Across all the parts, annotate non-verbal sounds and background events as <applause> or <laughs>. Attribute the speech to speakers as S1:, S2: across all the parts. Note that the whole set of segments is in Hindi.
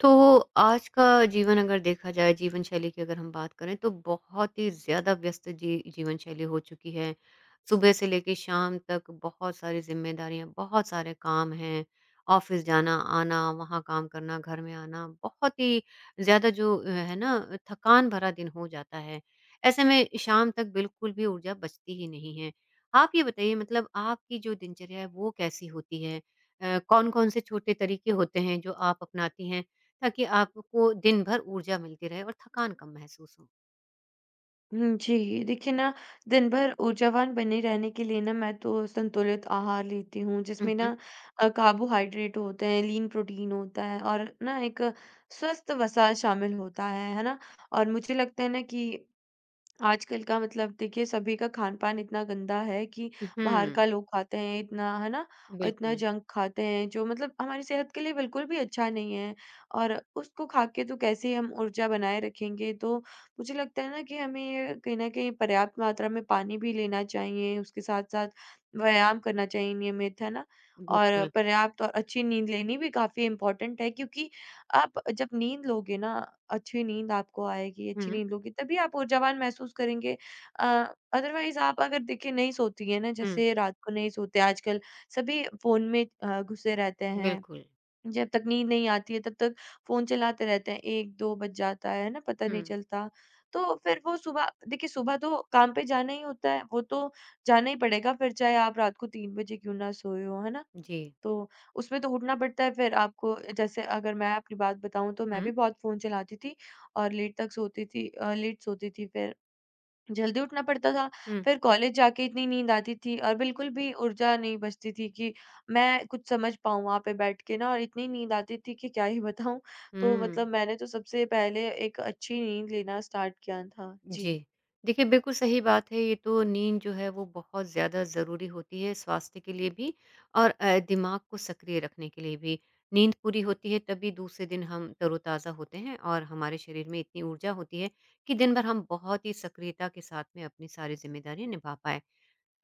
S1: तो आज का जीवन अगर देखा जाए जीवन शैली की अगर हम बात करें तो बहुत ही ज़्यादा व्यस्त जीवन शैली हो चुकी है। सुबह से लेके शाम तक बहुत सारी ज़िम्मेदारियाँ, बहुत सारे काम हैं। ऑफ़िस जाना, आना, वहाँ काम करना, घर में आना, बहुत ही ज़्यादा जो है ना, थकान भरा दिन हो जाता है। ऐसे में शाम तक बिल्कुल भी ऊर्जा बचती ही नहीं है। आप ये बताइए, मतलब आपकी जो दिनचर्या है वो कैसी होती है? कौन-कौन से छोटे तरीके होते हैं जो आप अपनाती हैं? ताकि आपको दिन भर ऊर्जा मिलती रहे और थकान कम महसूस हो।
S2: हुँ, जी। देखिए ना, दिन भर ऊर्जावान बने रहने के लिए ना मैं तो संतुलित आहार लेती हूँ,
S1: हुँ,
S2: जिसमें ना
S1: हुँ।
S2: कार्बोहाइड्रेट होते हैं, लीन प्रोटीन होता है और ना एक स्वस्थ वसा शामिल होता है ना? और मुझे लगता है ना कि आजकल का मतलब देखिए सभी का खान-पान इतना गंदा है कि बाहर
S1: हुँ,
S2: का लोग खाते हैं इतना, है ना? और इतना
S1: बिल्कुल,
S2: जंक खाते हैं जो मतलब हमारी सेहत के लिए बिल्कुल भी अच्छा नहीं है और उसको खा के तो कैसे हम ऊर्जा बनाए रखेंगे? तो मुझे लगता है ना कि हमें कहीं न कहीं पर्याप्त मात्रा में पानी भी लेना चाहिए, उसके साथ-साथ व्यायाम करना चाहिए नियमित, है ना? और
S1: बिल्कुल।
S2: पर्याप्त और अच्छी नींद लेनी भी काफ़ी इम्पोर्टेंट है क्योंकि आप जब नींद लोगे ना, अच्छी नींद आपको आएगी, अच्छी
S1: हुँ,
S2: नींद लोगे तभी आप ऊर्जावान महसूस करेंगे। अ, अदरवाइज़ आप अगर देखिए नहीं सोती हैं ना,
S1: हुँ,
S2: जैसे रात को नहीं सोते आजकल सभी फ़ोन में घुसे रहते हैं।
S1: बिल्कुल।
S2: जब तक नींद नहीं आती है तब तक फ़ोन चलाते रहते हैं, 1-2 बज जाता है ना, पता नहीं
S1: हुँ,
S2: चलता। तो फिर वो सुबह देखिए सुबह तो काम पे जाना ही होता है, वो तो जाना ही पड़ेगा फिर चाहे आप रात को 3 बजे क्यों ना सोए हो, है ना?
S1: जी।
S2: तो उसमें तो उठना पड़ता है फिर आपको जैसे अगर मैं अपनी बात बताऊँ तो मैं
S1: हुँ,
S2: भी बहुत फ़ोन चलाती थी और लेट तक सोती थी लेट सोती थी फिर जल्दी उठना पड़ता था।
S1: हुँ,
S2: फिर कॉलेज जाके इतनी नींद आती थी और बिल्कुल भी ऊर्जा नहीं बचती थी कि मैं कुछ समझ पाऊँ वहाँ पे बैठ के ना और इतनी नींद आती थी कि क्या ही बताऊँ। तो
S1: हुँ,
S2: मतलब मैंने तो सबसे पहले एक अच्छी नींद लेना स्टार्ट किया था।
S1: जी।
S2: जी।
S1: देखिए, बिल्कुल सही बात है, ये तो नींद जो है वो बहुत ज़्यादा ज़रूरी होती है स्वास्थ्य के लिए भी और दिमाग को सक्रिय रखने के लिए भी। नींद पूरी होती है तभी दूसरे दिन हम तरोताज़ा होते हैं और हमारे शरीर में इतनी ऊर्जा होती है कि दिन भर हम बहुत ही सक्रियता के साथ में अपनी सारी ज़िम्मेदारियाँ निभा पाएँ।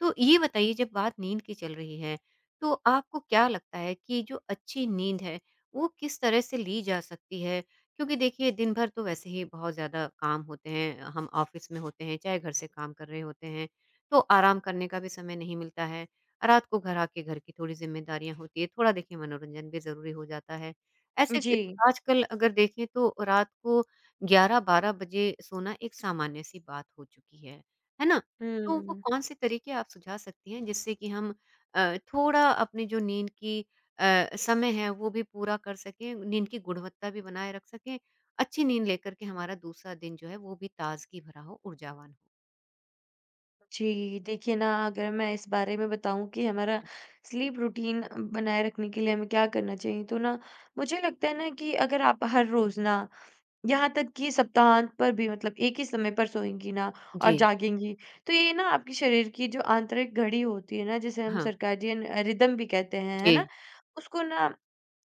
S1: तो ये बताइए जब बात नींद की चल रही है, तो आपको क्या लगता है कि जो अच्छी नींद है, वो किस तरह से ली जा सकती है? क्योंकि देखिए दिन भर तो वैसे ही बहुत ज़्यादा काम होते हैं, हम ऑफ़िस में होते हैं, चाहे घर से काम कर रहे होते हैं, तो आराम करने का भी समय नहीं मिलता है। रात को घर आके घर की थोड़ी ज़िम्मेदारियाँ होती है, थोड़ा देखिए मनोरंजन भी ज़रूरी हो जाता है। ऐसे क
S2: जी।
S1: आजकल अगर देखें तो रात को 11-12 बजे सोना एक सामान्य-सी बात हो चुकी है। है ना? तो वो
S2: हुँ।
S1: कौन-से तरीके आप सुझा सकती हैं जिससे कि हम थोड़ा अपनी जो नींद की समय है वो भी पूरा कर सकें, नींद की गुणवत्ता भी बनाए रख सकें, अच्छी नींद लेकर के हमारा दूसरा दिन जो है वो भी ताज़गी भरा हो, ऊर्जावान हो।
S2: जी, देखिए ना अगर मैं इस बारे में बताऊँ कि हमारा
S1: हुँ,
S2: स्लीप रूटीन बनाए रखने के लिए हमें क्या करना चाहिए, तो ना मुझे लगता है ना कि अगर आप हर रोज़ ना यहाँ तक कि सप्ताहांत पर भी मतलब एक ही समय पर सोएँगी ना और
S1: जी,
S2: जागेंगी, तो ये ना आपके शरीर की जो आंतरिक घड़ी होती है ना, जिसे हम
S1: हाँ,
S2: सर्कैडियन रिदम भी कहते हैं, है ना?
S1: जी,
S2: उसको ना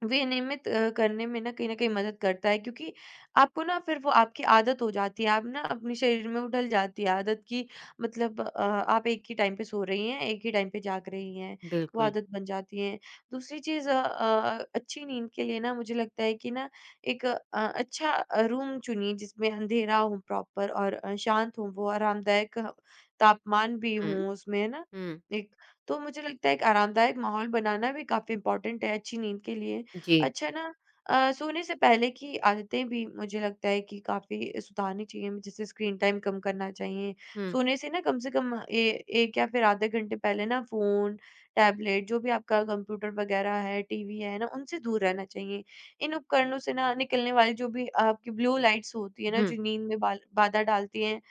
S2: विनियमित करने में ना कहीं न कहीं मदद करता है क्योंकि आपको ना फिर वो आपकी आदत हो जाती है, आप ना अपने शरीर में वो ढल जाती है आदत की मतलब आप एक ही टाइम पे सो रही हैं, एक ही टाइम पे जाग रही हैं, वो
S1: बिल्कुल।
S2: आदत बन जाती है। दूसरी चीज़ अच्छी नींद के लिए ना मुझे लगता है कि ना एक अच्छा रूम चुनिए जिसमें अंधेरा हो प्रॉपर और शांत हो वो, आरामदायक तापमान भी
S1: हुँ,
S2: हो उसमें, है ना?
S1: हुँ,
S2: एक तो मुझे लगता है एक आरामदायक माहौल बनाना भी काफ़ी इम्पोर्टेंट है अच्छी नींद के लिए।
S1: जी,
S2: अच्छा ना सोने से पहले की आदतें भी मुझे लगता है कि काफ़ी सुधारनी चाहिए, जैसे स्क्रीन टाइम कम करना चाहिए।
S1: हुँ,
S2: सोने से ना कम से कम ए 1 या फिर आधे घंटे पहले ना फ़ोन, टैबलेट जो भी आपका कंप्यूटर वगैरह है, टीवी है ना, उनसे दूर रहना चाहिए। इन उपकरणों से ना निकलने वाली जो भी आपकी ब्लू लाइट्स होती है ना,
S1: हुँ,
S2: जो नींद में बाल बाधा डालती हैं,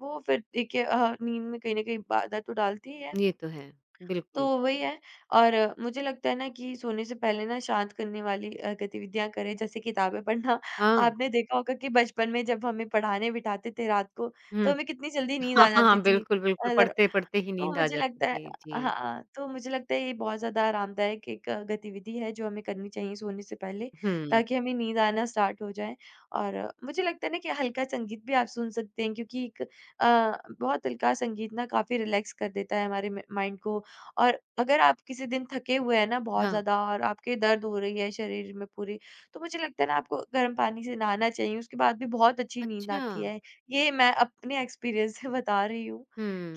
S2: वो फिर देखिए नींद में कहीं न कहीं बाधा तो डालती ही है।
S1: ये तो है,
S2: तो
S1: बिल्कुल।
S2: वही है और मुझे लगता है ना कि सोने से पहले ना शांत करने वाली गतिविधियां करें जैसे किताबें पढ़ना <laughs>
S1: हाँ,
S2: आपने देखा होगा कि बचपन में जब हमें पढ़ाने बिठाते थे रात को तो
S1: हुँ,
S2: हमें कितनी जल्दी नींद
S1: हाँ,
S2: आ
S1: हाँ,
S2: जाती
S1: हाँ,
S2: थी
S1: बिल्कुल, बिल्कुल,
S2: अगर
S1: पढ़ते-पढ़ते ही
S2: तो
S1: नींद आ
S2: मुझे
S1: जाती
S2: लगता है
S1: थी, जी।
S2: हाँ, तो मुझे लगता है ये बहुत ज़्यादा आरामदायक एक गतिविधि है जो हमें करनी चाहिए सोने से पहले,
S1: हुँ,
S2: ताकि हमें नींद आना स्टार्ट हो जाए और मुझे लगता है ना कि हल्का संगीत भी आप सुन सकते हैं क्योंकि एक बहुत हल्का संगीत ना काफ़ी रिलैक्स कर देता है हमारे म माइंड को और अगर आप किसी दिन थके हुए हैं ना बहुत
S1: हाँ,
S2: ज़्यादा और आपके दर्द हो रही है शरीर में पूरे, तो मुझे लगता है ना आपको गर्म पानी से नहाना चाहिए, उसके बाद भी बहुत अच्छी नींद
S1: अच्छा,
S2: आती है। ये मैं अपने एक्सपीरियंस से बता रही हूँ।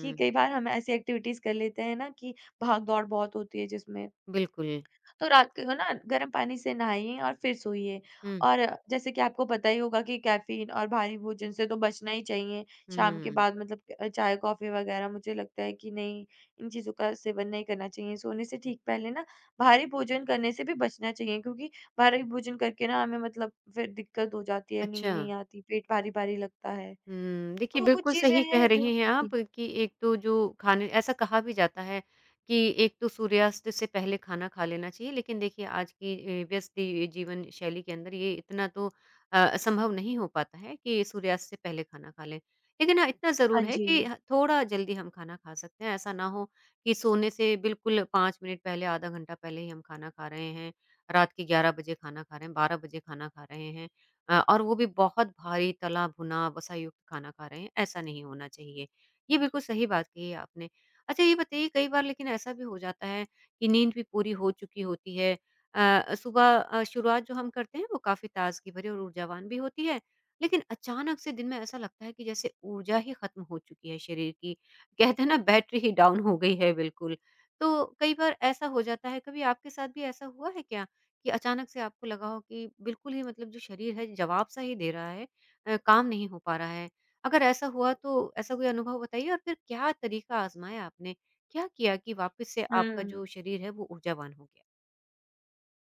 S2: कि कई बार हम ऐसी एक्टिविटीज़ कर लेते हैं ना कि भाग-दौड़ बहुत होती है जिसमें,
S1: बिल्कुल,
S2: तो रात को ना गर्म पानी से नहाइए और फिर सोइए।
S1: हुँ।
S2: और जैसे कि आपको पता ही होगा कि कैफ़ीन और भारी भोजन से तो बचना ही चाहिए। शाम के
S1: हुँ।
S2: बाद मतलब चाय, कॉफ़ी वगैरह मुझे लगता है कि नहीं, इन चीज़ों का सेवन नहीं करना चाहिए। सोने से ठीक पहले ना भारी भोजन करने से भी बचना चाहिए क्योंकि भारी भोजन करके ना हमें मतलब फिर दिक्कत हो जाती है, नींद
S1: अच्छा।
S2: नहीं आती, पेट भारी-भारी लगता है।
S1: हुँ, देखिए
S2: तो वो कुछ
S1: बिल्कुल
S2: चीज़ें
S1: सही कह
S2: हैं जो
S1: रही हैं
S2: जी।
S1: आप कि एक तो जो खाने ऐसा कहा भी जाता है कि एक तो सूर्यास्त से पहले खाना खा लेना चाहिए, लेकिन देखिए आज की व्यस्त ये जीवन शैली के अंदर ये इतना तो संभव नहीं हो पाता है कि सूर्यास्त से पहले खाना खा लें। लेकिन हाँ, इतना
S2: हाँ
S1: ज़रूर है
S2: जी।
S1: कि ह थोड़ा जल्दी हम खाना खा सकते हैं, ऐसा ना हो कि सोने से बिल्कुल 5 मिनट पहले, आधा घंटा पहले ही हम खाना खा रहे हैं, रात के 11 बजे खाना खा रहे हैं, 12 बजे खाना खा रहे हैं। और वो भी बहुत भारी तला भुना वसा युक्त खाना खा रहे हैं, ऐसा नहीं होना चाहिए। ये बिल्कुल सही बात कही है आपने। अच्छा ये बताइए, कई बार लेकिन ऐसा भी हो जाता है कि नींद भी पूरी हो चुकी होती है। सुबह शुरुआत जो हम करते हैं वो काफ़ी ताज़गी भरी और ऊर्जावान भी होती है, लेकिन अचानक से दिन में ऐसा लगता है कि जैसे ऊर्जा ही ख़त्म हो चुकी है शरीर की। कहते हैं ना, बैटरी ही डाउन हो गई है बिल्कुल। तो कई बार ऐसा हो जाता है, कभी आपके साथ भी ऐसा हुआ है क्या? कि अचानक से आपको लगा हो कि बिल्कुल ही, मतलब जो शरीर है जवाब सा ही दे रहा है, काम नहीं हो पा रहा है। अगर ऐसा हुआ तो ऐसा कोई अनुभव बताइए और फिर क्या तरीका आज़माया आपने? क्या किया कि वापस से आपका जो
S2: हुँ।
S1: शरीर है वो ऊर्जावान हो गया?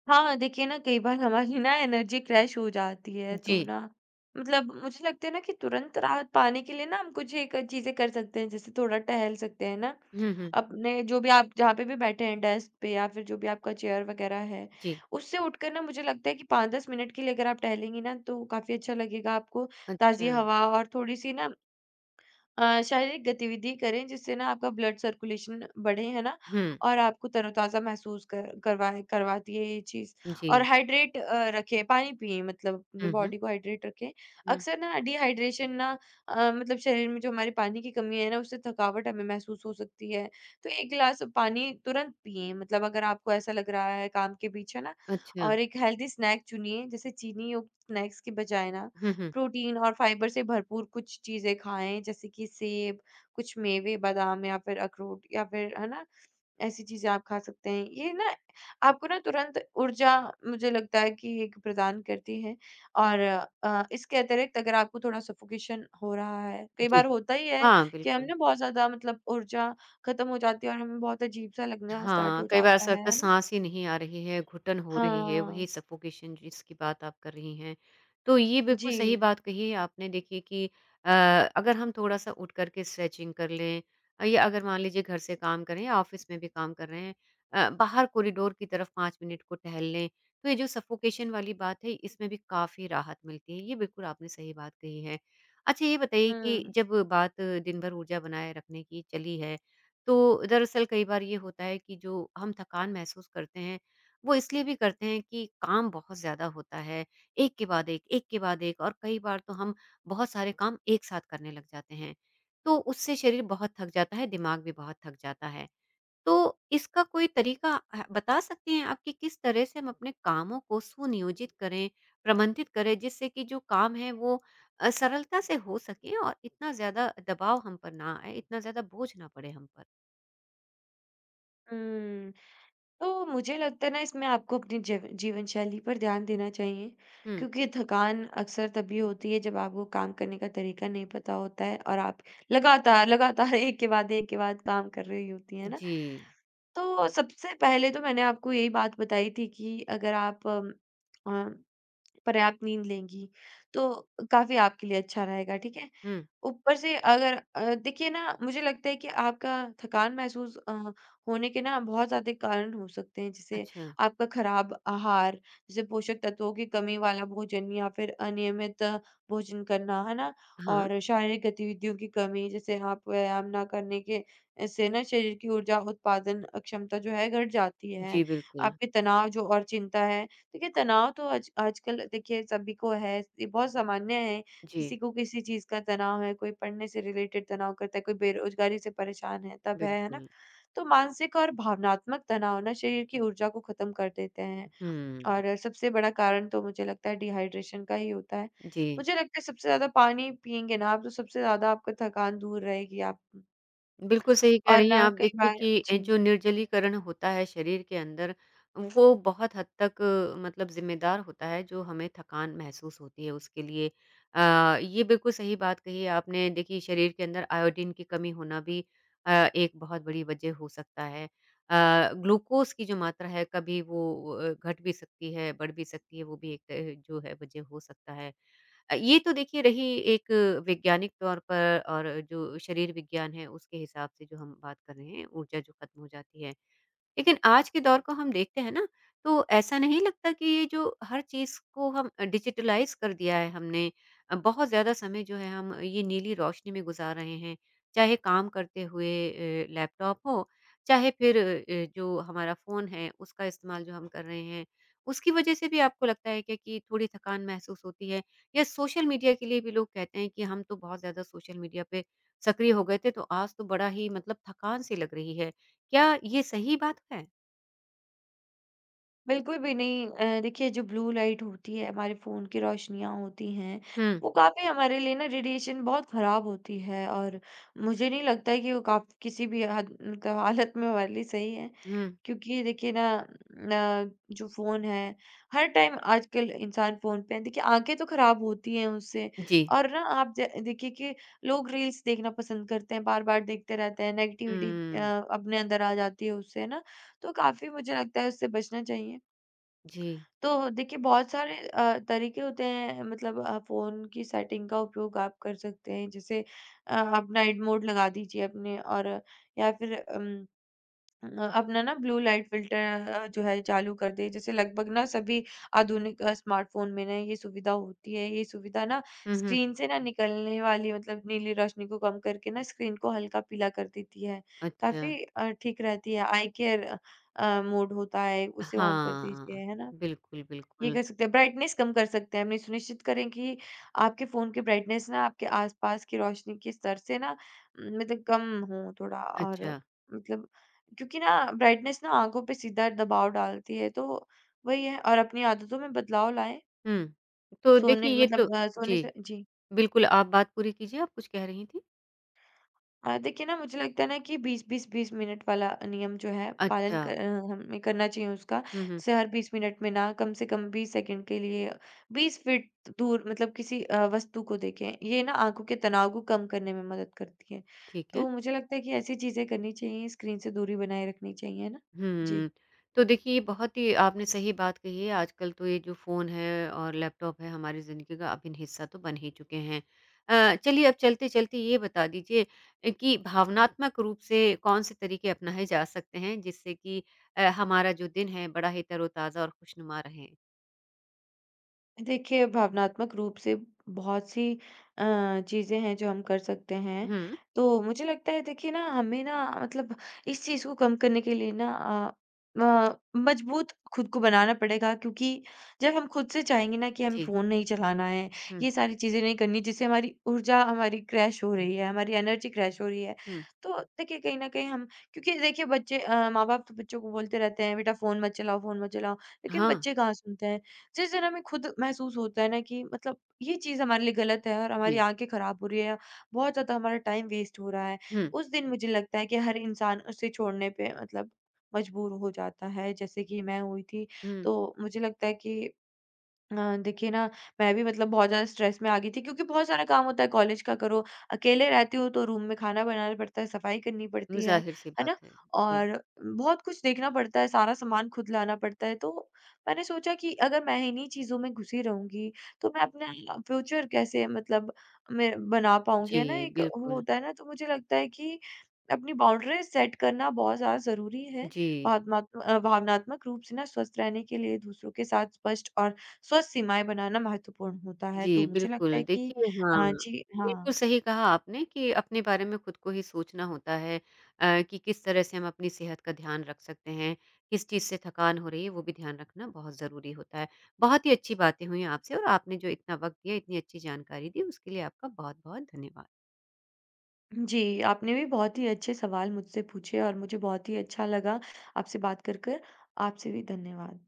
S2: हाँ, देखिए ना कई बार हमारी ना एनर्जी क्रैश हो जाती है तो
S1: जी।
S2: ना मतलब मुझे लगता है ना कि तुरंत राहत पाने के लिए ना हम कुछ एक चीज़ें कर सकते हैं। जैसे थोड़ा टहल सकते हैं ना,
S1: हुँ, हुँ।
S2: अपने जो भी आप जहाँ पे भी बैठे हैं डेस्क पे या फिर जो भी आपका चेयर वगैरह है,
S1: जी।
S2: उससे उठकर ना मुझे लगता है कि 5-10 मिनट के लिए अगर आप टहलेंगी ना तो काफ़ी अच्छा लगेगा आपको।
S1: अच्छा।
S2: ताज़ी हवा और थोड़ी-सी ना शारीरिक गतिविधि करें जिससे ना आपका ब्लड सर्कुलेशन बढ़े, है ना?
S1: हुँ।
S2: और आपको तरोताज़ा महसूस कर करवाए करवाती है ये चीज़।
S1: जी।
S2: और हाइड्रेट रखें, पानी पिएँ मतलब अपनी
S1: हुँ, हुँ।
S2: बॉडी को हाइड्रेट रखें।
S1: हुँ।
S2: अक्सर ना डिहाइड्रेशन ना मतलब शरीर में जो हमारे पानी की कमी है ना, उससे थकावट हमें महसूस हो सकती है। तो 1 गिलास पानी तुरंत पिएँ मतलब अगर आपको ऐसा लग रहा है काम के बीच, है ना?
S1: अच्छा।
S2: और एक हेल्दी स्नैक चुनिए जैसे चीनी युक्त स्नैक्स के बजाय ना
S1: हुँ, हुँ।
S2: प्रोटीन और फाइबर से भरपूर कुछ चीज़ें खाएँ, जैसे कि सेब, कुछ मेवे, बादाम या फिर अखरोट या फिर है ना, ऐसी चीज़ें आप खा सकते हैं। ये ना आपको ना तुरंत ऊर्जा मुझे लगता है कि एक प्रदान करती है और इसके अतिरिक्त अगर आपको थोड़ा सफ़ोकेशन हो रहा है, कई
S1: जी।
S2: बार होता ही है
S1: हाँ,
S2: कि हम
S1: बिल्कुल।
S2: ना बहुत ज़्यादा मतलब ऊर्जा खत्म हो जाती है और हमें बहुत अजीब-सा लगना स्टार्ट
S1: हाँ,
S2: हो
S1: कई बार
S2: जाता
S1: सर का
S2: है ना?
S1: साँस ही नहीं आ रही है, घुटन हो रही है, वही
S2: हाँ।
S1: सफ़ोकेशन जिसकी बात आप कर रही हैं। तो ये
S2: जी।
S1: बिल्कुल सही बात कही है आपने। देखिए कि अ, अगर हम थोड़ा-सा उठ कर के स्ट्रेचिंग कर लें, या अगर मान लीजिए घर से काम कर रहे हैं या ऑफ़िस में भी काम कर रहे हैं, बाहर कॉरिडोर की तरफ 5 मिनट को टहल लें, तो ये जो सफ़ोकेशन वाली बात है इसमें भी काफ़ी राहत मिलती है। ये बिल्कुल आपने सही बात कही है। अच्छा ये बताइए कि
S2: हुँ,
S1: जब बात दिन भर ऊर्जा बनाए रखने की चली है तो दरअसल कई बार ये होता है कि जो हम थकान महसूस करते हैं, वो इसलिए भी करते हैं कि काम बहुत ज़्यादा होता है, एक के बाद एक, एक के बाद एक, और कई बार तो हम बहुत सारे काम एक साथ करने लग जाते हैं। तो उससे शरीर बहुत थक जाता है, दिमाग भी बहुत थक जाता है। तो इसका कोई तरीका ह बता सकती हैं आप कि किस तरह से हम अपने कामों को सुनियोजित करें, प्रबंधित करें जिससे कि जो काम है वो सरलता से हो सके और इतना ज़्यादा दबाव हम पर ना आए, इतना ज़्यादा बोझ ना पड़े हम पर?
S2: हुँ। तो मुझे लगता है ना इसमें आपको अपनी जीवन शैली पर ध्यान देना चाहिए,
S1: हुँ,
S2: क्योंकि थकान अक्सर तभी होती है जब आपको काम करने का तरीका नहीं पता होता है और आप लगातार, लगातार <laughs> एक के बाद काम कर रही होती हैं ना।
S1: जी।
S2: तो सबसे पहले तो मैंने आपको यही बात बताई थी कि अगर आप अ, पर्याप्त नींद लेंगी, तो काफ़ी आपके लिए अच्छा रहेगा, ठीक है?
S1: हुँ,
S2: ऊपर से अगर देखिए ना मुझे लगता है कि आपका थकान महसूस होने के ना बहुत ज़्यादा कारण हो सकते हैं जैसे
S1: अच्छा।
S2: आपका खराब आहार, जैसे पोषक तत्वों की कमी वाला भोजन या फिर अनियमित भोजन करना, है ना?
S1: हाँ,
S2: और शारीरिक गतिविधियों की कमी जैसे आप व्यायाम ना करने के से ना शरीर की ऊर्जा उत्पादन क्षमता जो है घट जाती है।
S1: जी बिल्कुल।
S2: आपके तनाव जो और चिंता है, देखिए तनाव तो आज आजकल देखिए सभी को है, ये बहुत सामान्य है
S1: जी,
S2: किसी को किसी चीज़ का तनाव है, कोई पढ़ने से रिलेटेड तनाव करता है, कोई बेरोज़गारी से परेशान है, तब है ना?
S1: बिल्कुल।
S2: तो मानसिक और भावनात्मक तनाव ना शरीर की ऊर्जा को ख़त्म कर देते हैं
S1: हुँ,
S2: और सबसे बड़ा कारण तो मुझे लगता है डिहाइड्रेशन का ही होता है।
S1: जी।
S2: मुझे लगता है सबसे ज़्यादा पानी पिएँगे ना आप तो सबसे ज़्यादा आपका थकान दूर रहेगी आप
S1: बिल्कुल सही कह
S2: और
S1: रही हैं
S2: ना
S1: आप।
S2: कई
S1: देखिए
S2: बार
S1: कि
S2: जी।
S1: जो निर्जलीकरण होता है शरीर के अंदर, वो बहुत हद तक, मतलब ज़िम्मेदार होता है जो हमें थकान महसूस होती है उसके लिए। ये बिल्कुल सही बात कही है आपने। देखिए शरीर के अंदर आयोडीन की कमी होना भी एक बहुत बड़ी वजह हो सकता है। ग्लूकोज़ की जो मात्रा है कभी वो घट भी सकती है, बढ़ भी सकती है, वो भी एक जो है वजह हो सकता है। ये तो देखिए रही एक वैज्ञानिक तौर पर, और जो शरीर विज्ञान है उसके हिसाब से जो हम बात कर रहे हैं, ऊर्जा जो खत्म हो जाती है। लेकिन आज के दौर को हम देखते हैं ना, तो ऐसा नहीं लगता कि ये जो हर चीज़ को हम डिजिटलाइज़ कर दिया है हमने, बहुत ज़्यादा समय जो है हम ये नीली रोशनी में गुज़ार रहे हैं। चाहे काम करते हुए लैपटॉप हो, चाहे फिर जो हमारा फ़ोन है उसका इस्तेमाल जो हम कर रहे हैं, उसकी वज़ह से भी आपको लगता है क्या कि थोड़ी थकान महसूस होती है? या सोशल मीडिया के लिए भी लोग कहते हैं कि हम तो बहुत ज़्यादा सोशल मीडिया पे सक्रिय हो गए थे, तो आज तो बड़ा ही, मतलब थकान-सी लग रही है। क्या ये सही बात है?
S2: बिल्कुल भी नहीं देखिए जो ब्लू लाइट होती है हमारे फ़ोन की रोशनियाँ होती हैं,
S1: हुँ,
S2: वो काफ़ी हमारे लिए ना रेडिएशन बहुत ख़राब होती है और मुझे नहीं लगता है कि वो काफ़ किसी भी हद मतलब हालत में हमारे लिए सही है।
S1: हुँ।
S2: क्योंकि देखिए ना न जो फ़ोन है, हर टाइम आजकल इंसान फ़ोन पे है। देखिए आँखें तो ख़राब होती हैं उससे
S1: जी।
S2: और ना आप ज देखिए कि लोग रील्स देखना पसंद करते हैं, बार-बार देखते रहते हैं, नेगेटिविटी
S1: हुँ,
S2: अपने अंदर आ जाती है उससे, है ना? तो काफ़ी मुझे लगता है उससे बचना चाहिए।
S1: जी।
S2: तो देखिए बहुत सारे तरीके होते हैं मतलब फ़ोन की सेटिंग का उपयोग आप कर सकते हैं। जैसे आप नाइट मोड लगा दीजिए अपने और या फिर अ, अपना ना ब्लू लाइट फ़िल्टर जो है चालू कर दें। जैसे लगभग ना सभी आधुनिक स्मार्टफ़ोन में ना ये सुविधा होती है। ये सुविधा ना
S1: हुँ, हुँ।
S2: स्क्रीन से ना निकलने वाली मतलब नीली रोशनी को कम करके ना स्क्रीन को हल्का पीला कर देती है।
S1: अच्छा।
S2: काफ़ी ठीक रहती है। आई केयर मोड होता है उसे ऑन कर
S1: हाँ,
S2: दीजिए, है ना?
S1: बिल्कुल,
S2: ये
S1: बिल्कुल।
S2: कर सकते हैं, ब्राइटनेस कम कर सकते हैं। हमने सुनिश्चित करें कि आपके फ़ोन की ब्राइटनेस ना आपके आस-पास की रोशनी के स्तर से ना मतलब कम हो थोड़ा और
S1: अच्छा,
S2: मतलब क्योंकि ना ब्राइटनेस ना आँखों पे सीधा दबाव डालती है, तो वही है और अपनी आदतों में बदलाव लाएँ।
S1: हुँ। तो देखिए
S2: सोने
S1: ये तो,
S2: मतलब सोने
S1: जी,
S2: से जी।
S1: बिल्कुल आप बात पूरी कीजिए, आप कुछ कह रही थीं?
S2: देखिए ना मुझे लगता है ना कि 20-20 20 मिनट वाला नियम जो है पालन
S1: अच्छा।
S2: कर हमें करना चाहिए उसका।
S1: हुँ, हुँ।
S2: जैसे हर 20 मिनट में ना कम से कम 20 सेकंड के लिए 20 फीट दूर मतलब किसी वस्तु को देखें। ये ना आँखों के तनाव को कम करने में मदद करती है।
S1: ठीक है।
S2: तो मुझे लगता है कि ऐसी चीज़ें करनी चाहिए, स्क्रीन से दूरी बनाए रखनी चाहिए, है ना? जी।
S1: हुँ। तो देखिए, ये बहुत ही आपने सही बात कही है, आजकल तो ये जो फ़ोन है और लैपटॉप है, हमारी ज़िंदगी का अभिन्न हिस्सा तो बन ही चुके हैं। चलिए अब चलते-चलते ये बता दीजिए कि भावनात्मक रूप से कौन-से तरीके अपनाए जा सकते हैं, जिससे कि हमारा जो दिन है, बड़ा ही तरोताज़ा और खुशनुमा रहे?
S2: देखिए, भावनात्मक रूप से बहुत सी अ, चीज़ें हैं जो हम कर सकते हैं।
S1: हुँ।
S2: तो मुझे लगता है देखिए ना हमें ना मतलब इस चीज़ को कम करने के लिए ना मजबूत खुद को बनाना पड़ेगा क्योंकि जब हम खुद से चाहेंगे ना कि हमें
S1: जी।
S2: फ़ोन नहीं चलाना है,
S1: हुँ,
S2: ये सारी चीज़ें नहीं करनी जिससे हमारी ऊर्जा हमारी क्रैश हो रही है, हमारी एनर्जी क्रैश हो रही है।
S1: हुँ।
S2: तो देखिए कहीं न कहीं हम क्योंकि देखिए बच्चे माँ-बाप तो बच्चों को बोलते रहते हैं बेटा फ़ोन मत चलाओ, लेकिन
S1: हाँ,
S2: बच्चे कहाँ सुनते हैं? जिस दिन हमें खुद महसूस होता है ना कि मतलब ये चीज हमारे लिए गलत है और हमारी
S1: जी।
S2: आंखें खराब हो रही है या बहुत ज्यादा हमारा टाइम वेस्ट हो रहा है
S1: हुँ,
S2: उस दिन मुझे लगता है कि हर इंसान उसे छोड़ने पे मतलब मजबूर हो जाता है जैसे कि मैं हुई थी
S1: हुँ।
S2: तो मुझे लगता है कि देखिए ना, मैं भी मतलब बहुत ज़्यादा स्ट्रेस में आ गई थी क्योंकि बहुत सारा काम होता है कॉलेज का करो, अकेले रहती हूँ तो रूम में खाना बनाना पड़ता है, सफाई करनी पड़ती
S1: ज़ाहिर-सी
S2: है ना?
S1: बात है। जी।
S2: और बहुत कुछ देखना पड़ता है, सारा सामान खुद लाना पड़ता है। तो मैंने सोचा कि अगर मैं इन्हीं चीज़ों में घुसी रहूँगी, तो मैं अपना फ्यूचर कैसे मतलब मैं बना पाऊँगी,
S1: जी,
S2: है ना? एक वो
S1: बिल्कुल।
S2: होता है ना, तो मुझे लगता है कि अपनी बाउंड्रीज़ सेट करना बहुत ज़्यादा ज़रूरी है,
S1: जी।
S2: भावनात्मक रूप से ना स्वस्थ रहने के लिए, दूसरों के साथ स्पष्ट और स्वस्थ सीमाएँ बनाना महत्वपूर्ण होता है। तो
S1: जी,
S2: मुझे लगता
S1: बिल्कुल।
S2: है कि
S1: देखिए हाँ,
S2: जी
S1: बिल्कुल
S2: हाँ।
S1: सही कहा आपने कि अपने बारे में खुद को ही सोचना होता है, कि किस तरह से हम अपनी सेहत का ध्यान रख सकते हैं, किस चीज़ से थकान हो रही है, वो भी ध्यान रखना बहुत ज़रूरी होता है। बहुत ही अच्छी बातें हुई आपसे और आपने जो इतना वक़्त दिया, इतनी अच्छी जानकारी दी, उसके लिए आपका बहुत-बहुत धन्यवाद।
S2: जी, आपने भी बहुत ही अच्छे सवाल मुझसे पूछे और मुझे बहुत ही अच्छा लगा आपसे बात कर कर। आपसे भी धन्यवाद।